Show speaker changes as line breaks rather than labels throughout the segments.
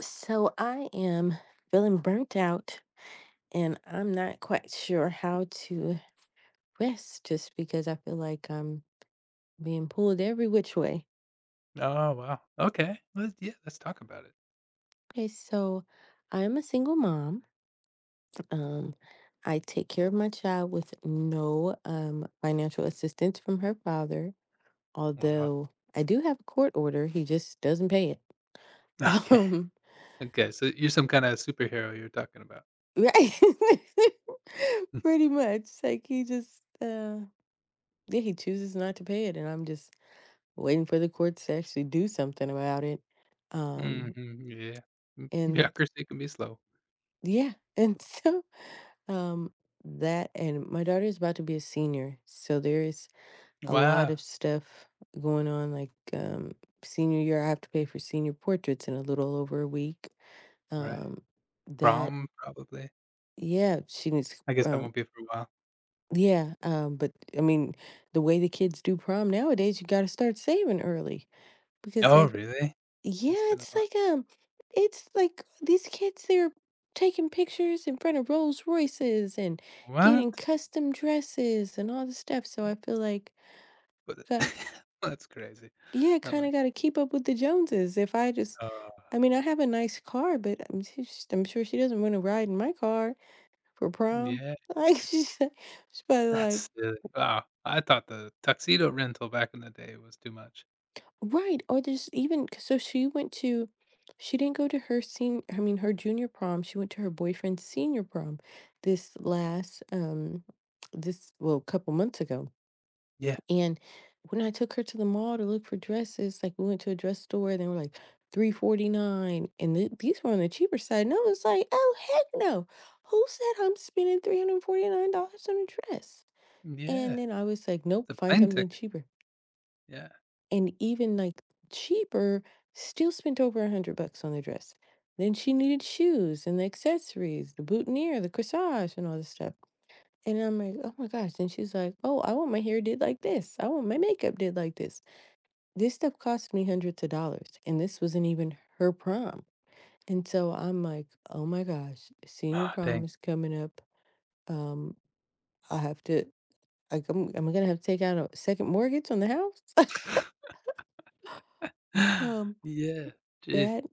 So I am feeling burnt out and I'm not quite sure how to rest just because I feel like I'm being pulled every which way.
Oh, wow. Okay. Let's talk about it.
Okay, so I'm a single mom. Um, I take care of my child with no financial assistance from her father,
Wow.
although I do have a court order. He just doesn't pay it.
Okay.
Um,
Okay, so you're some kinda superhero you're talking about.
right. Pretty much. Like he just, yeah, he chooses not to pay it. And I'm just, waiting for the courts to actually do something about it. Um,
Mhm, yeah. M
and
bureaucracy can be slow.
yeah, and so um, and my daughter is about to be a senior, so there is a lot
Wow.
of stuff going on. Like senior year, I have to pay for senior portraits in a little over a week.
Right.
Um, that
Prom, probably.
Yeah, she needs.
I guess that won't be for a while.
Yeah, but I mean, the way the kids do prom nowadays, you got to start saving early. Because
Oh,
ev
really?
Yeah,
It's been a lot.
it's like these kids, they're taking pictures in front of Rolls Royces and getting
What?
custom dresses and all this stuff. So I feel like,
But
got,
that's crazy.
yeah,
I'm
kind of
like,
got to keep up with the Joneses. If I just,
"Oh,
I mean, I have a nice car, but I'm, just, I'm sure she doesn't want to ride in my car for prom.
yeah,
Like, she's probably like,
that's silly." Wow. I thought the tuxedo rental back in the day was too much.
right, or there's even 'cause she didn't go to her sen I mean, her junior prom, she went to her boyfriend's senior prom this last, um this, well, couple months ago,
Yeah.
and when I took her to the mall to look for dresses, like, we went to a dress store, and they were, like, 349, and these were on the cheaper side, and I was like, "Oh, heck no. Who said I'm spending $349 on a dress?" And
Yeah.
then I was like, "Nope,
The
find
plane
something
ticket.
cheaper."
Yeah.
And even like cheaper, still spent over $100 on the dress. Then she needed shoes and the accessories, the boutonniere, the corsage, and all this stuff. And I'm like, oh my gosh. And she's like, oh, I want my hair did like this. I want my makeup did like this. This stuff cost me hundreds of dollars. And this wasn't even her prom. And so I'm like, oh my gosh, senior
Oh
prom
dang.
is coming up. Um, I have to, like, am I going to have to take out a second mortgage on the house? Um,
Yeah, jeez.
that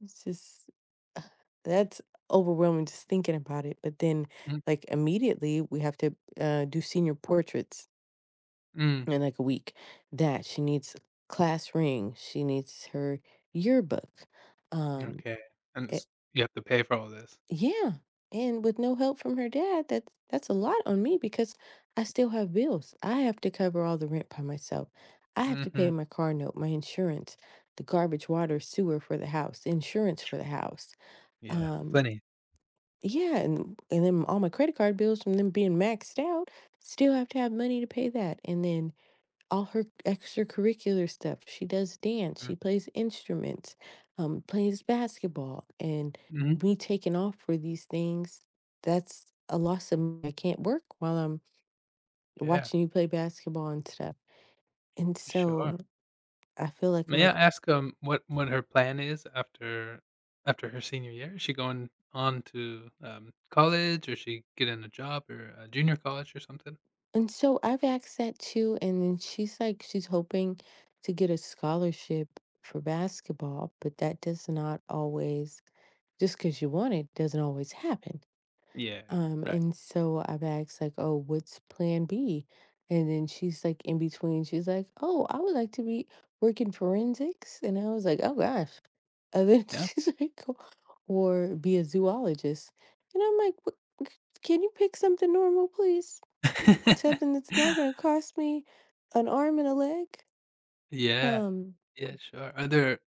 It's just, that's overwhelming just thinking about it. But then,
Mm,
like, immediately we have to do senior portraits
mm,
in like a week. That She needs class ring. She needs her yearbook. Um,
okay, and
it,
it's you have to pay for all this.
yeah, and with no help from her dad, that's a lot on me because I still have bills. I have to cover all the rent by myself. I have to pay
Mhm.
my car note, my insurance, the garbage, water, sewer for the house, the insurance for the house.
Yeah,
Um.
plenty.
Yeah, and then all my credit card bills from them being maxed out, still have to have money to pay that. And then all her extracurricular stuff. She does dance,
Mm,
she plays instruments, plays basketball, and
mhm.
me taking off for these things, that's a loss of me. I can't work while I'm
Yeah,
watching you play basketball and stuff. And
for sure.
so I feel like I'm
May I
like.
ask, what her plan is after her senior year? Is she going on to, college, or she getting a job or a junior college or something?
And so I've asked that too, and then she's like, she's hoping to get a scholarship for basketball, but that does not always, just because you want it, doesn't always happen.
Yeah, right.
And so I've asked like, oh, what's plan B? And then she's like in between, she's like, oh, I would like to be working forensics. And I was like, oh gosh. And then
Yeah.
she's like, "Oh, or be a zoologist. And I'm like, "What- can you pick something normal, please? Something that's not gonna cost me an arm and a leg?
Yeah.
Um,
Yeah, sure. Are there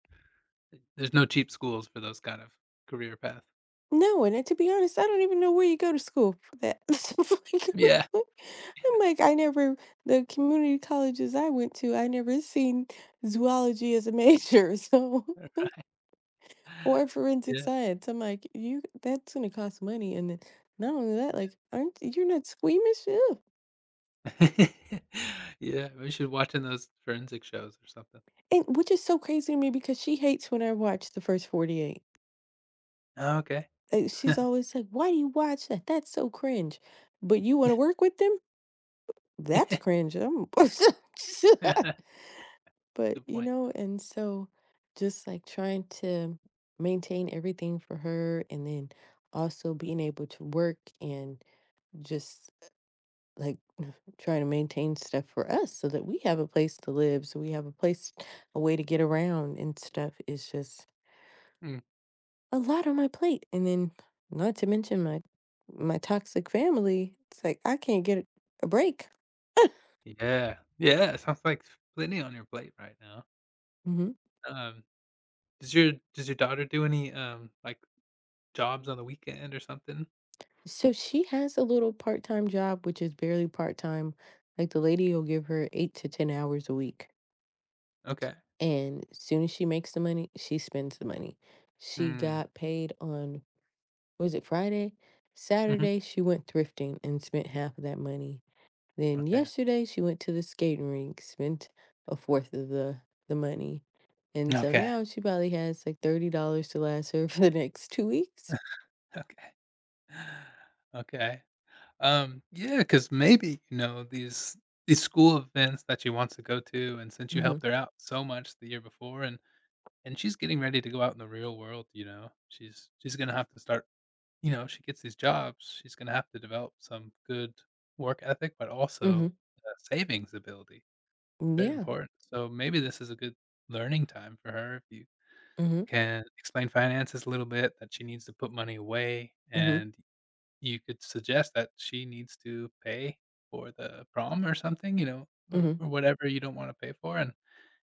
there's no cheap schools for those kind of career path.
no, and to be honest, I don't even know where you go to school for that.
Yeah.
Like,
Yeah.
I'm like, I never the community colleges I went to, I never seen zoology as a major, so, like, or forensic
Yeah,
science. I'm like, you that's gonna cost money, and then not only that,
yeah.
like, aren't you're not squeamish? Ew.
Yeah, we should watch in those forensic shows or something.
And which is so crazy to me because she hates when I watch The First 48.
Oh, okay.
She's always like, "Why do you watch that? That's so cringe." But you want to work with them? That's cringe. I'm
Good point.
and so just like trying to maintain everything for her and then also being able to work and just like trying to maintain stuff for us so that we have a place to live, so we have a way to get around and stuff is just
Mm.
a lot on my plate, and then not to mention my toxic family, it's like I can't get a break.
Yeah, yeah, sounds like plenty on your plate right now.
Mhm.
Um, does your daughter do any, like, jobs on the weekend or something?
So she has a little part-time job, which is barely part-time. Like the lady will give her 8 to 10 hours a week.
Okay.
And as soon as she makes the money, she spends the money. She
Mm,
got paid on, was it Friday?
mhm,
Saturday, she went thrifting and spent half of that money. Then
okay.
yesterday she went to the skating rink, spent a fourth of the money. And so
Okay,
now she probably has like $30 to last her for the next 2 weeks.
okay. Okay. Yeah. Cause maybe, you know, these school events that she wants to go to, and since you
Mhm.
helped her out so much the year before and she's getting ready to go out in the real world, you know, she's gonna have to start you know, she gets these jobs, she's gonna have to develop some good work ethic, but also
Mhm.
savings ability. Very
Yeah.
important. So maybe this is a good learning time for her if you
Mhm.
can explain finances a little bit, that she needs to put money away
Mhm.
and you could suggest that she needs to pay for the prom or something, you know,
Mhm.
or whatever you don't want to pay for,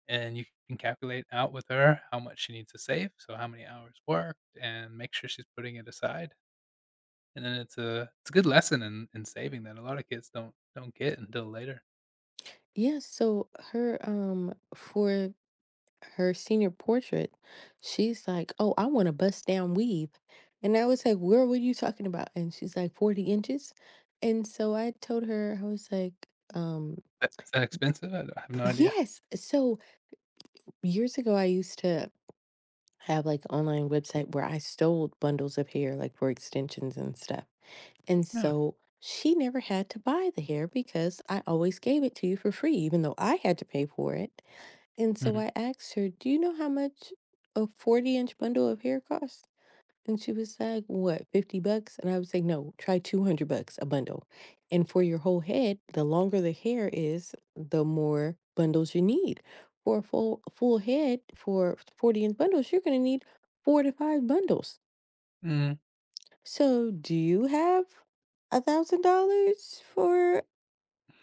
and you can calculate out with her how much she needs to save, so how many hours worked, and make sure she's putting it aside. And then it's a good lesson in saving that a lot of kids don't get until later.
Yeah, so her for her senior portrait, she's like, "Oh, I want a bust down weave." And I was like, "Where were you talking about?" And she's like, "40 inches." And so I told her I was like, um,
Is that expensive? I have no idea.
"Yes." So years ago, I used to have like online website where I sold bundles of hair, like for extensions and stuff. And
No. Okay.
so she never had to buy the hair because I always gave it to you for free, even though I had to pay for it. And so
Mm-hmm.
I asked her, do you know how much a 40-inch bundle of hair costs? And she was like, "What, $50?" And I was like, "No, try $200 a bundle." And for your whole head, the longer the hair is, the more bundles you need. For a full head for 40-inch bundles, you're going to need 4 to 5 bundles.
Mm.
So, do you have $1,000 for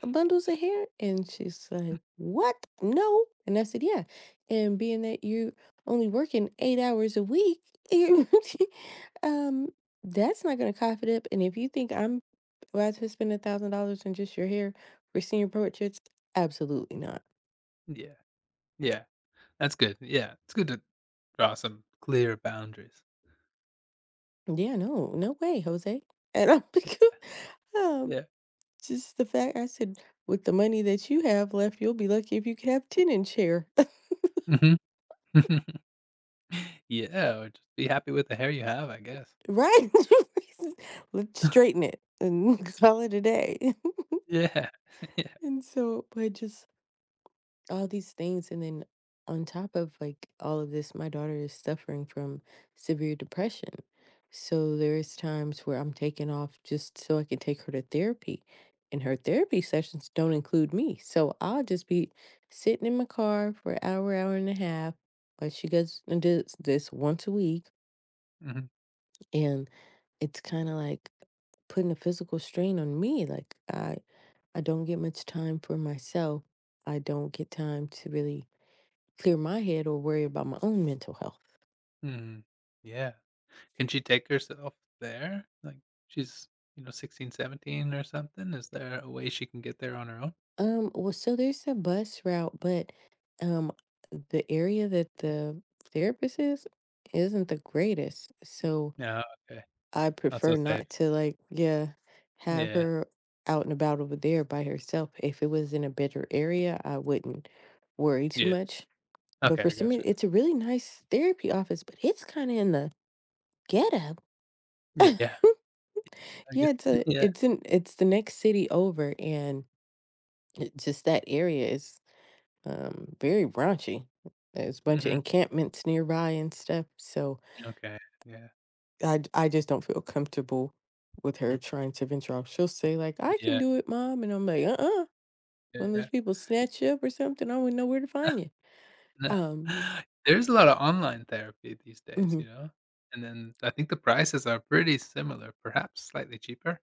bundles of hair? And she's like, what? No. And I said, yeah. And being that you're only working 8 hours a week, you- um, that's not gonna cough it up. And if you think I'm about to spend $1,000 on just your hair for senior portraits, absolutely not.
Yeah. Yeah. That's good. Yeah. It's good to draw some clear boundaries.
Yeah, no, no way, Jose. And I'm like,
Yeah.
um,
Yeah.
just the fact I said with the money that you have left, you'll be lucky if you can have 10 inch hair.
Hmm. Yeah, or just be happy with the hair you have, I guess.
Right? Let's straighten it and call it a day.
Yeah. Yeah.
And so, but just all these things. And then on top of like all of this, my daughter is suffering from severe depression. So there's times where I'm taking off just so I can take her to therapy. And her therapy sessions don't include me. So I'll just be sitting in my car for an hour, hour and a half. But she goes and does this once a week.
Mhm.
And it's kind of like putting a physical strain on me. Like I don't get much time for myself. I don't get time to really clear my head or worry about my own mental health.
Mhm. Yeah. Can she take herself there? Like, she's, you know, 16, 17, or something? Is there a way she can get there on her own?
Well, so there's a bus route, but um the area that the therapist is isn't the greatest. So
No, okay.
I
Not so
prefer
safe.
not to, like, yeah, have
Yeah.
her out and about over there by herself. If it was in a better area, I wouldn't worry too
Yeah.
much. But
Okay,
for
I
some reason,
gotcha.
it's a really nice therapy office, but it's kinda in the ghetto.
Yeah, I
Yeah,
guess
it's a
yeah.
it's in it's the next city over, and it just that area is, very raunchy. There's a bunch of
Mhm.
encampments nearby and stuff, so
Okay. Yeah.
I just don't feel comfortable with her
Mm,
trying to venture off. She'll say, like, "I can
yeah,
do it, mom," and I'm like, "Uh-uh. When those
yeah.
people snatch you up or something, I wouldn't know where to find you."
Yeah.
Um
There's a lot of online therapy these days,
mhm.
you know? And then I think the prices are pretty similar, perhaps slightly cheaper,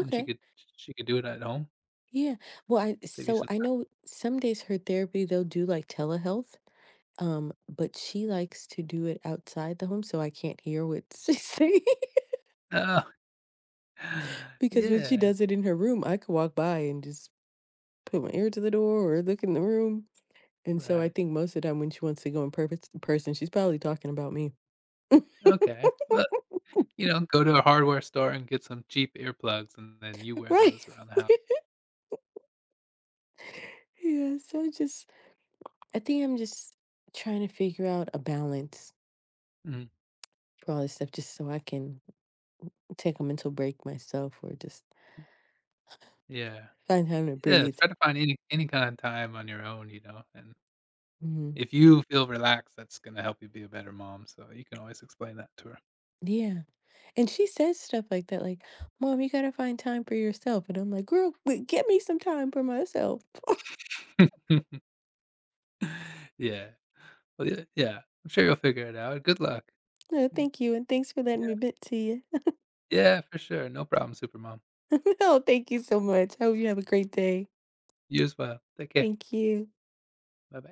and she could do it at home,
Yeah. Well, I
save you
so
some
I know some days her therapy they'll do like telehealth, but she likes to do it outside the home so I can't hear what she's saying
time. Oh,
because when she
yeah,
does it in her room, I could walk by and just put my ear to the door or look in the room. And so I
right.
think most of the time when she wants to go in person, she's probably talking about me.
Okay, well, you know, go to a hardware store and get some cheap earplugs, and then you wear
Right.
those around the house.
Yeah, so just I think I'm just trying to figure out a balance
Mhm.
for all this stuff just so I can take a mental break myself or just
Yeah.
find time to
Yeah,
breathe.
try to find any kind of time on your own, you know, and
Mhm.
if you feel relaxed, that's gonna help you be a better mom, so you can always explain that to her.
Yeah, and she says stuff like that, like, "Mom, you gotta find time for yourself," and I'm like, "Girl, w get me some time for myself."
Yeah. Well, yeah, yeah. I'm sure you'll figure it out. Good luck.
No,
Mm,
thank you, and thanks for letting
yeah.
me vent to you.
Yeah, for sure. No problem, Supermom.
No, thank you so much. I hope you have a great day.
You as well. Take care.
Thank you.
Bye-bye.